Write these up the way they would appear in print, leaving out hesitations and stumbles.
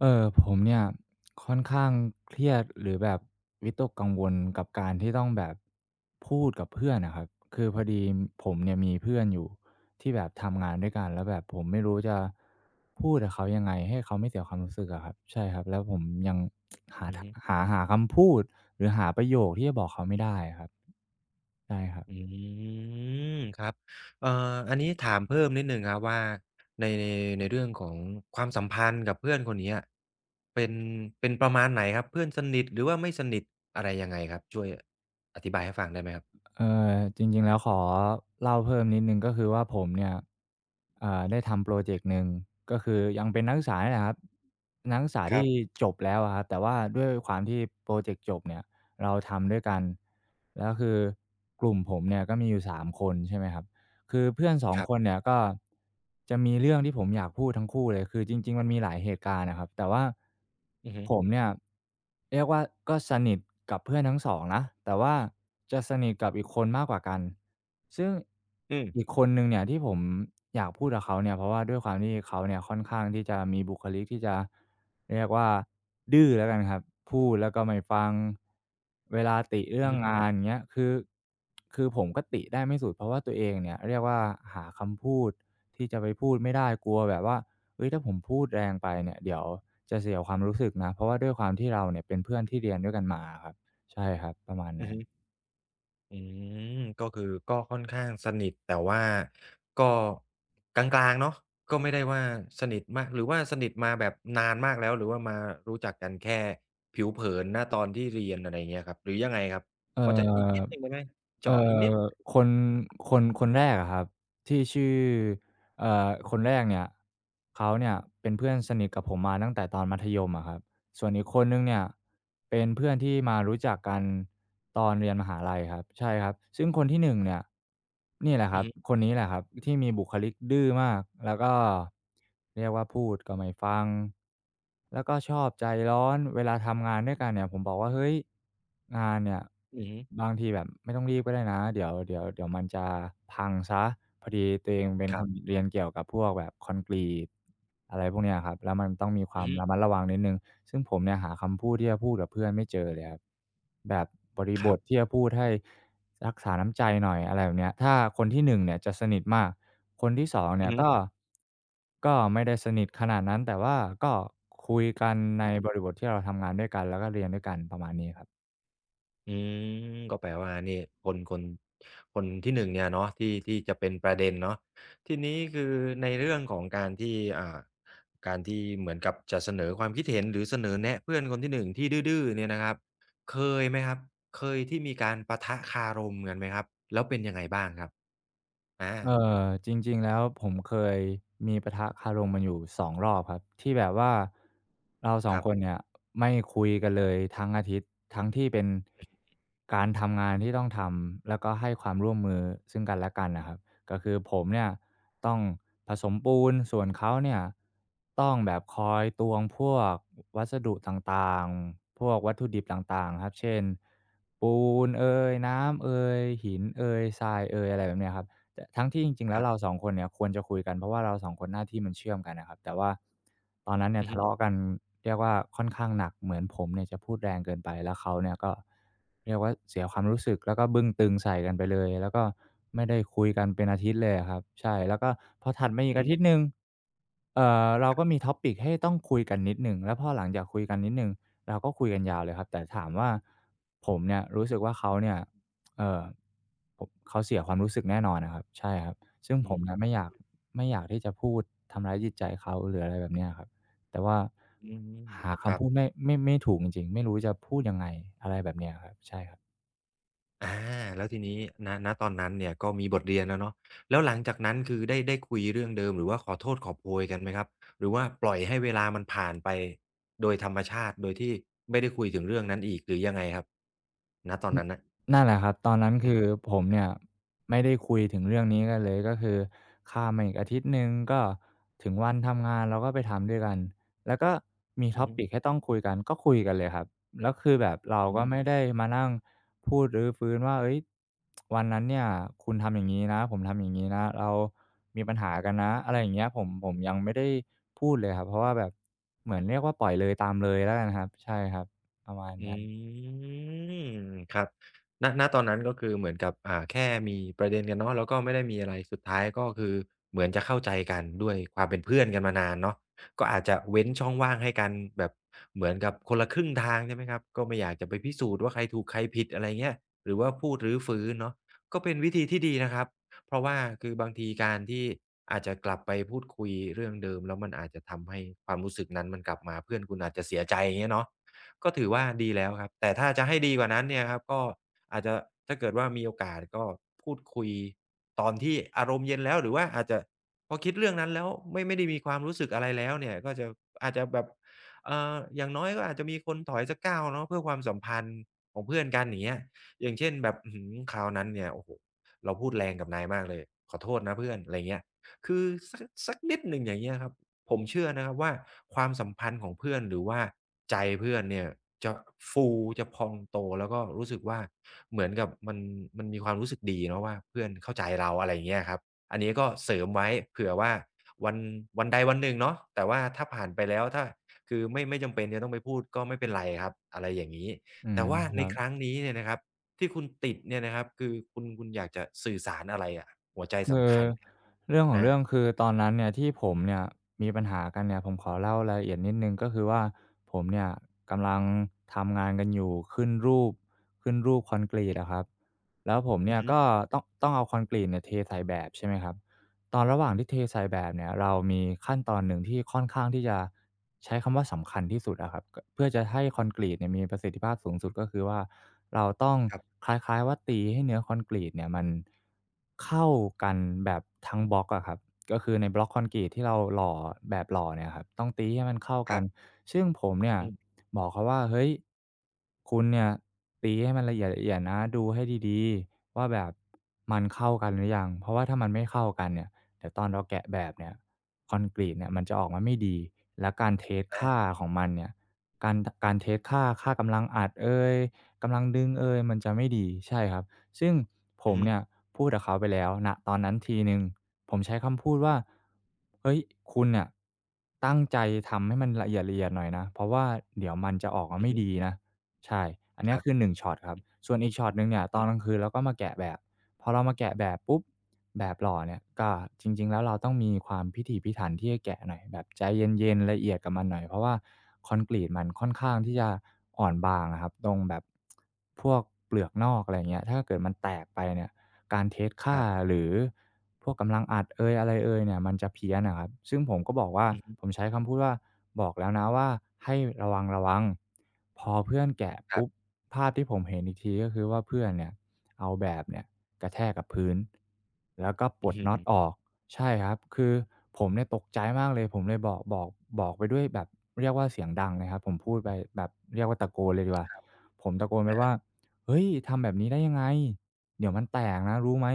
ผมเนี่ยค่อนข้างเครียดหรือแบบวิตกกังวลกับการที่ต้องแบบพูดกับเพื่อนนะครับคือพอดีผมเนี่ยมีเพื่อนอยู่ที่แบบทำงานด้วยกันแล้วแบบผมไม่รู้จะพูดกับเขายังไงให้เขาไม่เสียความรู้สึกอะครับใช่ครับแล้วผมยัง หาอือฮึหาคำพูดหรือหาประโยคที่จะบอกเขาไม่ได้อะครับใช่ครับ อืมครับเอ่ออันนี้ถามเพิ่มนิดหนึ่งครับว่าในในในเรื่องของความสัมพันธ์กับเพื่อนคนเนี้ยเป็นเป็นประมาณไหนครับเพื่อนสนิทหรือว่าไม่สนิทอะไรยังไงครับช่วยอธิบายให้ฟังได้ไหมครับเอจริงๆแล้วขอเล่าเพิ่มนิดนึงก็คือว่าผมเนี่ยเอ่าได้ทำโปรเจกต์หนึ่งก็คือยังเป็นนักศึกษาเนี่ยแหละครับนักศึกษาครัที่บจบแล้วอะครับแต่ว่าด้วยความที่โปรเจกต์จบเนี่ยเราทำด้วยกันแล้วคือกลุ่มผมเนี่ยก็มีอยู่3คนใช่ไหมครับ คือเพื่อนสองครัคนบเนี่ยก็จะมีเรื่องที่ผมอยากพูดทั้งคู่เลยคือจริงๆมันมีหลายเหตุการณ์นะครับแต่ว่าอือฮึผมเนี่ยเรียกว่าก็สนิทกับเพื่อนทั้งสองนะแต่ว่าจะสนิทกับอีกคนมากกว่ากัน ซึ่งอือีกมคนหนึ่งเนี่ยที่ผมอยากพูดกับเขาเนี่ยเพราะว่าด้วยความที่เขาเนี่ยค่อนข้างที่จะมีบุคลิกที่จะเรียกว่าดื้อแล้วกันครับพูดแล้วก็ไม่ฟังเวลาติอืเรื่อองฮึงานเงี้ยคือผมก็ติได้ไม่สุดเพราะว่าตัวเองเนี่ยเรียกว่าหาคำพูดที่จะไปพูดไม่ได้กลัวแบบว่าเฮ้ยถ้าผมพูดแรงไปเนี่ยเดี๋ยวจะเสียความรู้สึกนะเพราะว่าด้วยความที่เราเนี่ยเป็นเพื่อนที่เรียนด้วยกันมาอะครับใช่ครับประมาณอือนั้นฮึ อืมก็คือก็ค่อนข้างสนิทแต่ว่าก็กลางๆเนาะก็ไม่ได้ว่าสนิทมากหรือว่าสนิทมาแบบนานมากแล้วหรือว่ามารู้จักกันแค่ผิวเผินณตอนที่เรียนอะไรอย่างเงี้ยครับหรือยังไงครับพเอ่อจะอีกอ นิดหนึ่งได้ไหมเอ่เจาะอีกนิดอคนคนแรกอะครับที่ชื่อคนแรกเนี่ยเขาเนี่ยเป็นเพื่อนสนิทกับผมมาตั้งแต่ตอนมัธยมอะครับ ส่วนอีกคนหนึ่งเนี่ยเป็นเพื่อนที่มารู้จักกันตอนเรียนมหาลัยครับใช่ครับซึ่งคนที่หนึ่งเนี่ยนี่แหละคอือรับฮึคนนี้แหละครับที่มีบุคลิกดื้อมากแล้วก็เรียกว่าพูดก็ไม่ฟังแล้วก็ชอบใจร้อนเวลาทำงานด้วยกันเนี่ยผมบอกว่าเฮ้ยงานเนี่ยอือฮึบางทีแบบไม่ต้องรีบก็ได้นะเดี๋ยวมันจะพังเสียพอดีตัวเองเป็นคครันบเรียนเกี่ยวกับพวกแบบคอนกรีต อะไรพวกเนี้ยครับแล้วมันต้องมีคอืวาอมฮึระมัดระวังนิดหนึ่งซึ่งผมเนี่ยหาคำพูดที่จะพูดกับเพื่อนไม่เจอเลยครับแบบบริคบรัทที่บจะพูดให้รักษาน้ำใจหน่อยอะไรแบบเนี้ยถ้าคนที่หนึ่งเนี่ยจะสนิทมากคนที่สองอืเนี่อยฮก็ไม่ได้สนิทขนาดนั้นแต่ว่าก็คุยกันในึ บริบทที่เราทำงานด้วยกันแล้วก็เรียนด้วยกันประมาณนี้ครับ อืมก็แปลว่านี่คนคนคนที่หนึ่งเนี่ยเนาะที่ที่จะเป็นประเด็นเนาะทีนี้คือในเรื่องของการที่การที่เหมือนกับจะเสนอความคิดเห็นหรือเสนอแนะเพื่อนคนที่หนึ่งที่ดื้อๆเนี่ยนะครับเคยไหมครับเคยที่มีการปะทะคารมกันไหมครับแล้วเป็นยังไงบ้างครับอาจริงๆแล้วผมเคยมีปะทะคารมกันอยู่2รอบครับที่แบบว่าเราคร2คนเนี่ยไม่คุยกันเลยทั้งอาทิตย์ทั้งที่เป็นการทำงานที่ต้องทำแล้วก็ให้ความร่วมมือซึ่งกันและกันน่ะครับก็คือผมเนี่ยต้องผสมปูนส่วนเขาเนี่ยต้องแบบคอยตวงพวกวัสดุต่างๆพวกวัตถุดิบต่างๆครับเช่นปูนเอยน้ำเอยหินเอยทรายเอยอะไรแบบเนี้ยครับ แต่ทั้งที่จริงๆแล้วเราับ2คนเนี่ยควรจะคุยกันเพราะว่าเรา2คนหน้าที่มันเชื่อมกันนะครับแต่ว่าตอนนั้นๆเนี่ยอือทะฮึเลาะๆกันเรียกว่าค่อนข้างหนักเหมือนผมเนี่ยจะพูดแรงเกินไปแล้วเขาเนี่ยก็เรียกว่าเสียความรู้สึกแล้วก็บึ้งตึงใส่กันไปเลยแล้วก็ไม่ได้คุยกันเป็นอาทิตย์เลยอะครับใช่แล้วก็พอถัดมาอีกอาอืทิตย์หนึ่งเราก็มี topic ให้ต้องคุยกันนิดหนึ่งแล้วพอหลังจากคุยกันนิดหนึ่งเราก็คุยกันยาวเลยครับแต่ถามว่าผมเนี่ยรู้สึกว่าเขาเนี่ย เอ่อผมเขาเสียความรู้สึกแน่นอนอะครับใช่ครับซึ่งผมน่ะไม่มอยากที่จะพูดทำร้ายจิตใจเขาหรืออะไรแบบเนี้ยครับแต่ว่าอืมหาครัคำบ พูดไม่ถูกจริงๆไม่รู้จะพูดยังไงอะไรแบบเนี้ยครับใช่ครับ อาแล้วทีนี้ณตอนนั้นเนี่ยก็มีบทเรียนแล้วเนาะแล้วหลังจากนั้นคือได้คุยเรื่องเดิมหรือว่าขอโทษขอโพยกันไหมครับหรือว่าปล่อยให้เวลามันผ่านไปโดยธรรมชาติโดยที่ไม่ได้คุยถึงเรื่องนั้นอีกหรือยังไงครับณตอนนนั้นน่ะนั่นแหละครับตอนนั้นคือผมเนี่ยไม่ได้คุยถึงเรื่องนี้กันเลยก็คือข้ามมาอีกอาทิตย์หนึ่งก็ถึงวันทำงานเราก็ไปทำด้วยกันแล้วก็มี อือฮึ topic ให้ต้องคุยกันก็คุยกันเลยครับแล้วคือแบบเราอืก็ม ไม่ได้มานั่งพูดรื้อฟื้นว่าเฮ้ยวันนั้นเนี่ยคุณทำอย่างงี้นะผมทำอย่างงี้นะเรามีปัญหากันนะอะไรอย่างเงี้ยผมยังไม่ได้พูดเลยครับเพราะว่าแบบเหมือนเรียกว่าปล่อยเลยตามเลยแล้วกันครับใช่ครับประมาณอนั้นืมครับณตอนนั้นก็คือเหมือนกับแค่มีประเด็นกันเนาะแล้วก็ไม่ได้มีอะไรสุดท้ายก็คือเหมือนจะเข้าใจกันด้วยความเป็นเพื่อนกันมานานเนาะก็อาจจะเว้นช่องว่างให้กันแบบเหมือนกับคนละครึ่งทางใช่ไหมครับก็ไม่อยากจะไปพิสูจน์ว่าใครถูกใครผิดอะไรเงี้ยหรือว่าพูดรื้อฟื้นเนาะก็เป็นวิธีที่ดีนะครับเพราะว่าคือบางทีการที่อาจจะกลับไปพูดคุยเรื่องเดิมแล้วมันอาจจะทำให้ความรู้สึกนั้นมันกลับมาเพื่อนคุณอาจจะเสียใจอย่างเงี้ยเนาะ ก็ถือว่าดีแล้วครับแต่ถ้าจะให้ดีกว่านั้นเนี่ยครับก็อาจจะถ้าเกิดว่ามีโอกาสก็พูดคุยตอนที่อารมณ์เย็นแล้วหรือว่าอาจจะพอคิดเรื่องนั้นแล้วไม่ได้มีความรู้สึกอะไรแล้วเนี่ยก็จะอาจจะแบบอย่างน้อยก็อาจจะมีคนถอยสักก้าวเนาะเพื่อความสัมพันธ์ของเพื่อนกันอย่างเงี้ยอย่างเช่นแบบอื้อฮือคราวนั้นเนี่ยโอ้โฮเราพูดแรงกับนายมากเลยขอโทษนะเพื่อนอะไรเงี้ยคือสักนิดหนึ่งอย่างเงี้ยครับ ผมเชื่อนะครับว่าความสัมพันธ์ของเพื่อนหรือว่าใจเพื่อนเนี่ยจะฟูจะพองโตแล้วก็รู้สึกว่าเหมือนกับมันมีความรู้สึกดีเนาะว่าเพื่อนเข้าใจเราอะไรอย่างเงี้ยครับอันนี้ก็เสริมไว้เผื่อว่าวันวันใดวันหนึ่งเนาะแต่ว่าถ้าผ่านไปแล้วถ้าคือไม่จำเป็นจะต้องไปพูดก็ไม่เป็นไรครับอะไรอย่างงี้อืแต่มว่าคในรับ ครั้งนี้เนี่ยนะครับที่คุณติดเนี่ยนะครับคือคุณอยากจะสื่อสารอะไรอะหัวใจคือสำคัญเรื่องของเรื่องอาคือตอนนั้นเนี่ยที่ผมเนี่ยมีปัญหากันเนี่ยผมขอเล่ารายละเอียดนิดนึงก็คือว่าผมเนี่ยกำลังทำงานกันอยู่ขึ้นรูปขึ้นรูปคอนกรีตอะครับแล้วผมอืเนี่อยฮึก็ต้องเอาคอนกรีตเนี่ยเทใส่แบบใช่ไหมครับ ตอนระหว่างที่เทใส่แบบเนี่ยเรามีขั้นตอนหนึ่งที่ค่อนข้างที่จะใช้คำว่าสำคัญที่สุดอะครับกเพื่อจะให้คอนกรีตเนี่ยมีประสิทธิภาพสูงสุดก็คือว่าเราต้องครับคล้ายๆว่าตีให้เนื้อคอนกรีตเนี่ยมันเข้ากันแบบทั้งบล็อกอะครับก็คือในบล็อกคอนกรีตที่เราหล่อแบบหล่อเนี่ยครับต้องตีให้มันเข้าคกัรันบซึ่งผมเนี่ยอืมบอกเขาว่าเฮ้ยคุณเนี่ยตีให้มันละเอียดๆนะดูให้ดีๆว่าแบบมันเข้ากันหรือยังเพราะว่าถ้ามันไม่เข้ากันเนี่ย แต่ตอนเราแกะแบบเนี่ยคอนกรีตเนี่ยมันจะออกมาไม่ดีและการเทสค่าอา ของมันเนี่ยการการเทสค่าค่ากำลังอัดเอยกำลังดึงเอยมันจะไม่ดีใช่ครับซึ่งผอือมฮึเนี่ยพูดกับเขาไปแล้วณตอนนั้นทีหนึ่งผมใช้คำพูดว่าเฮ้ยคุณน่ะตั้งใจทำให้มันละเอียดๆหน่อยนะเพราะว่าเดี๋ยวมันจะออกมาอือไม่ฮึดีนะใช่อันคเนี้ยรัคือบ1ช็อตครับส่วนอีกช็อตหนึ่งเนี่ยตอนกลางคืนเราก็มาแกะแบบพอเรามาแกะแบบปุ๊บ แบบหล่อเนี่ยก็จริงๆแล้วเราต้องมีความพิถีพิถันที่จะแกะหน่อยแบบใจเย็นๆละเอียดกับมันหน่อยเพราะว่าคอนกรีตมันค่อนข้างที่จะอ่อนบางอะครับตรงแบบพวกเปลือกนอกอะไรอย่างเงี้ยถ้าเกิดมันแตกไปเนี่ยการเทสคค่ารับหรือพวกกำลังอัดเอยอะไรเอยเนี่ยมันจะเพี้ยนอะครับซึ่งผมก็บอกว่าอือฮึผมใช้คำพูดว่าบอกแล้วนะว่าให้ระวังๆพอเพื่อนแกะครัปุ๊บบภาพที่ผมเห็นอีกทีก็คือว่าเพื่อนเนี่ย เอาแบบเนี่ยกระแทกกับพื้นแล้วก็ปลอือดน็อตฮึออกใช่ครับคือผมเนี่ยตกใจมากเลยผมเลยบอกไปด้วยแบบเรียกว่าเสียงดังเลยครับผมพูดไปแบบเรียกว่าตะโกนเลยดีกว่าผมตะโกนไปว่าเฮ้ยทำแบบนี้ได้ยังไงเดี๋ยวมันแตกนะรู้ไหม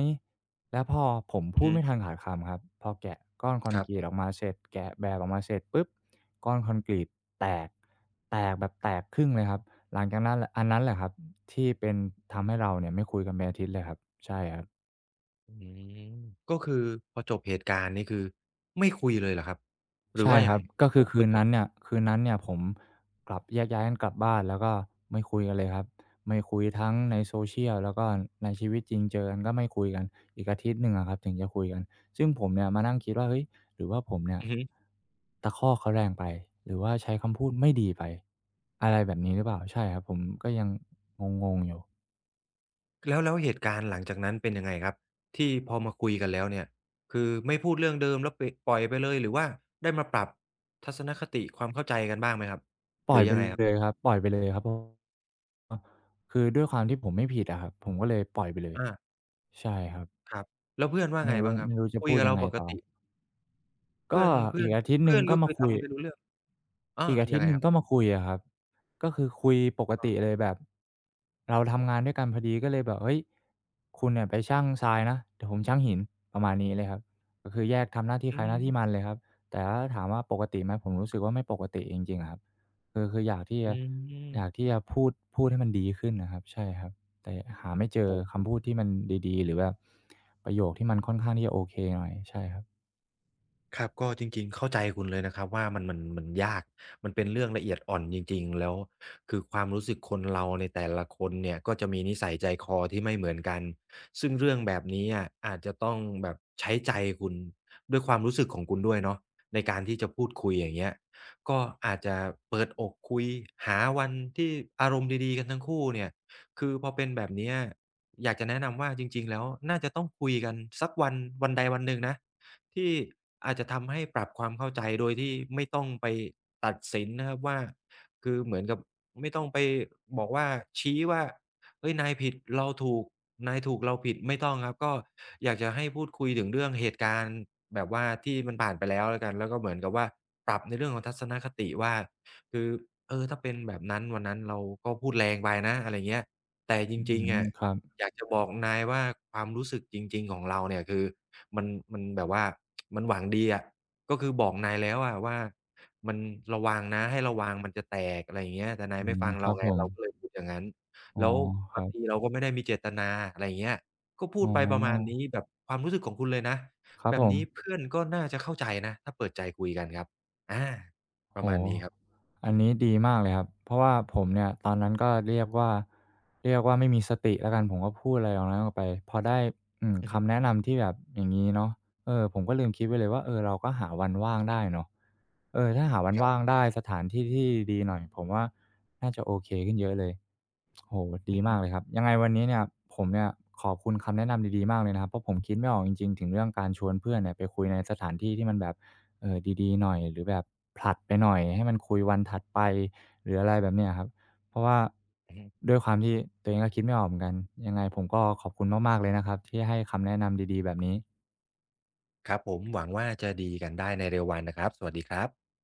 แล้วพอผมอือพูดฮึไม่ทันขาดคำครับพอแกะก้อนคอคนรักรีตบออกมาเสร็จแกะแบบออกมาเสร็จปุ๊บก้อนคอนกรีตแตกแตกแบบแตกครึ่งเลยครับหลังจากนั้นอันนั้นแหละครับ ที่เป็นทำให้เราเนี่ยไม่คุยกันเป็นอาทิตย์เลยครับใช่ครับอืมก็คือพอจบเหตุการณ์นี่คือไม่คุยเลยเหรอครับหรือใช่ว่ายัคงรัไงบก็จคือบไปคืนเลนั้นยเนี่ยคืนนั้นเนี่ยผมกลับแยกย้ายกันกลับบ้านแล้วก็ไม่คุยกันเลยครับไม่คุยทั้งใน social แล้วก็ในชีวิตจริงเจอกันก็ไม่คุยกันอีกอาทิตย์หนึ่งอะครับถึงจะคุยกันซึ่งผมเนี่ยมานั่งคิดว่าเฮ้ยหรือว่าผมเนี่ยอือฮึตะคอกเขาแรงไปหรือว่าใช้คำพูดไม่ดีไปอะไรแบบนี้หรือเปล่าใช่ครับผมก็ยังงงๆอยู่แล้วแล้วเหตุการณ์หลังจากนั้นเป็นยังไงครับที่พอมาคุยกันแล้วเนี่ยคือไม่พูดเรื่องเดิมแล้วปล่อยไปเลยหรือว่าได้มาปรับทัศนคติความเข้าใจกันบ้างไหมครับปล่อยไปเลยครับปล่อยไปเลยครับผม คือด้วยความที่ผมไม่ผิดอะครับผมก็เลยปล่อยไปเลยอาใช่ครับครับแล้วเพื่อนว่าไม่ไงรู้บ้างครับไม่รู้จะคุยพูดกับยัเรางไงปกต่อติเพื่ก็อนเพื่อีอนกอาทิตย์หนึ่เพื่งอนก็ก็มาคือคุย ทำไม่รู้เรื่องอาอีกอายัทิตงไงย์หนึ่คงรับก็มาคุยอะครับก็คือคุยปกติเลยแบบเราทำงานด้วยกันพอดีก็เลยแบบเฮ้ยคุณเนี่ยไปชั่งทรายนะเดี๋ยวผมชั่งหินประมาณนี้เลยครับก็คือแยกทำหน้าที่อืใครหน้าที่มมันเลยครับแต่ถ้าถามว่าปกติไหมผมรู้สึกว่าไม่ปกติจริงๆครับคืออยากที่อืจะมอยากที่จะพูดให้มันดีขึ้นนะครับใช่ครับแต่หาไม่เจอโอ้โฮ คำพูดที่มันดีๆหรือแบบประโยคที่มันค่อนข้างที่จะโอเคหน่อยใช่ครับครับก็จริงๆเข้าใจคุณเลยนะครับว่ามันยากมันเป็นเรื่องละเอียดอ่อนจริงๆแล้วคือความรู้สึกคนเราในแต่ละคนเนี่ยก็จะมีนิสัยใจคอที่ไม่เหมือนกันซึ่งเรื่องแบบนี้อะอาจจะต้องแบบใช้ใจคุณด้วยความรู้สึกของคุณด้วยเนาะในการที่จะพูดคุยอย่างเงี้ยก็อาจจะเปิดอกคุยหาวันที่อารมณ์ดีๆกันทั้งคู่เนี่ยคือพอเป็นแบบเนี้ยอยากจะแนะนำว่าจริงๆแล้วน่าจะต้องคุยกันสักวันใดวันหนึ่งนะ ที่อาจจะทำให้ปรับความเข้าใจโดยที่ไม่ต้องไปตัดสินนะครับว่าคือเหมือนกับไม่ต้องไปบอกว่าชี้ว่าเฮ้ยนายผิดเราถูกนายถูกเราผิดไม่ต้องครับก็อยากจะให้พูดคุยถึงเรื่องเหตุการณ์แบบว่าที่มันผ่านไปแล้วแล้วกันแล้วก็เหมือนกับว่าปรับในเรื่องของทัศนคติว่าคือเออถ้าเป็นแบบนั้นวันนั้นเราก็พูดแรงไปนะอะไรเงี้ยแต่จอืริงๆมอะ ครับอยากจะบอกนายว่าความรู้สึกจริงๆของเราเนี่ยคือมันมันแบบว่ามันหวังดีอะก็คือบอกนายแล้วอะว่ามันระวังนะให้ระวังมันจะแตกอะไรอย่างเงี้ยแต่นายอืไม่มฟังคเรารับไงผมเราก็เลยพูดอย่างนั้นอ๋อแล้วคบารังบ ทีเราก็ไม่ได้มีเจตนาอะไรอย่างเงี้ยก็พูอ๋ดไปประมาณอนี้แบบความรู้สึกของคุณเลยนะครับแบผบมนี้เพื่อนก็น่าจะเข้าใจนะถ้าเปิดใจคุยกันครับอาโอ้ปโฮระมาณนี้ครับอัอืนอฮึนี้ดีมากเลยครับเพราะว่าผมเนี่ยตอนนั้นก็เรียกว่าไม่มีสติแล้วกันผมก็พูดอะไรออกนั้นออกไปพอได้อืมอือฮึคำแนะนำที่แบบอย่างงี้เนาะเออผมก็ลืมคิดไปเลยว่าเออเราก็หาวันว่างได้เนาะเออถ้าหาวันครัว่างบได้สถานที่ที่ดีหน่อยผมว่าน่าจะโอเคขึ้นเยอะเลยโอ้โฮอืดีอฮึมากเลยครับ ยังไงวันนี้เนี่ยผมเนี่ยขอบคุณคำแนะนำดีๆมากเลยนะครับเพราะผมคิดไม่ออกจริงๆถึงเรื่องการชวนเพื่อนเนี่ยไปคุยในสถานที่ที่มันแบบ เออดีๆหน่อยหรือแบบผลัดไปหน่อยให้มันคุยวันถัดไปหรืออะไรแบบเนี้ยครับเพราะว่าอือฮึด้วยความที่ตัวเองก็คิดไม่ออกเหมือนกันยังไงผมก็ขอบคุณมากๆเลยนะครับที่ให้คำแนะนำดีๆแบบนี้ครับผมหวังว่าจะดีกันได้ในเร็ววันนะครับสวัสดีครับ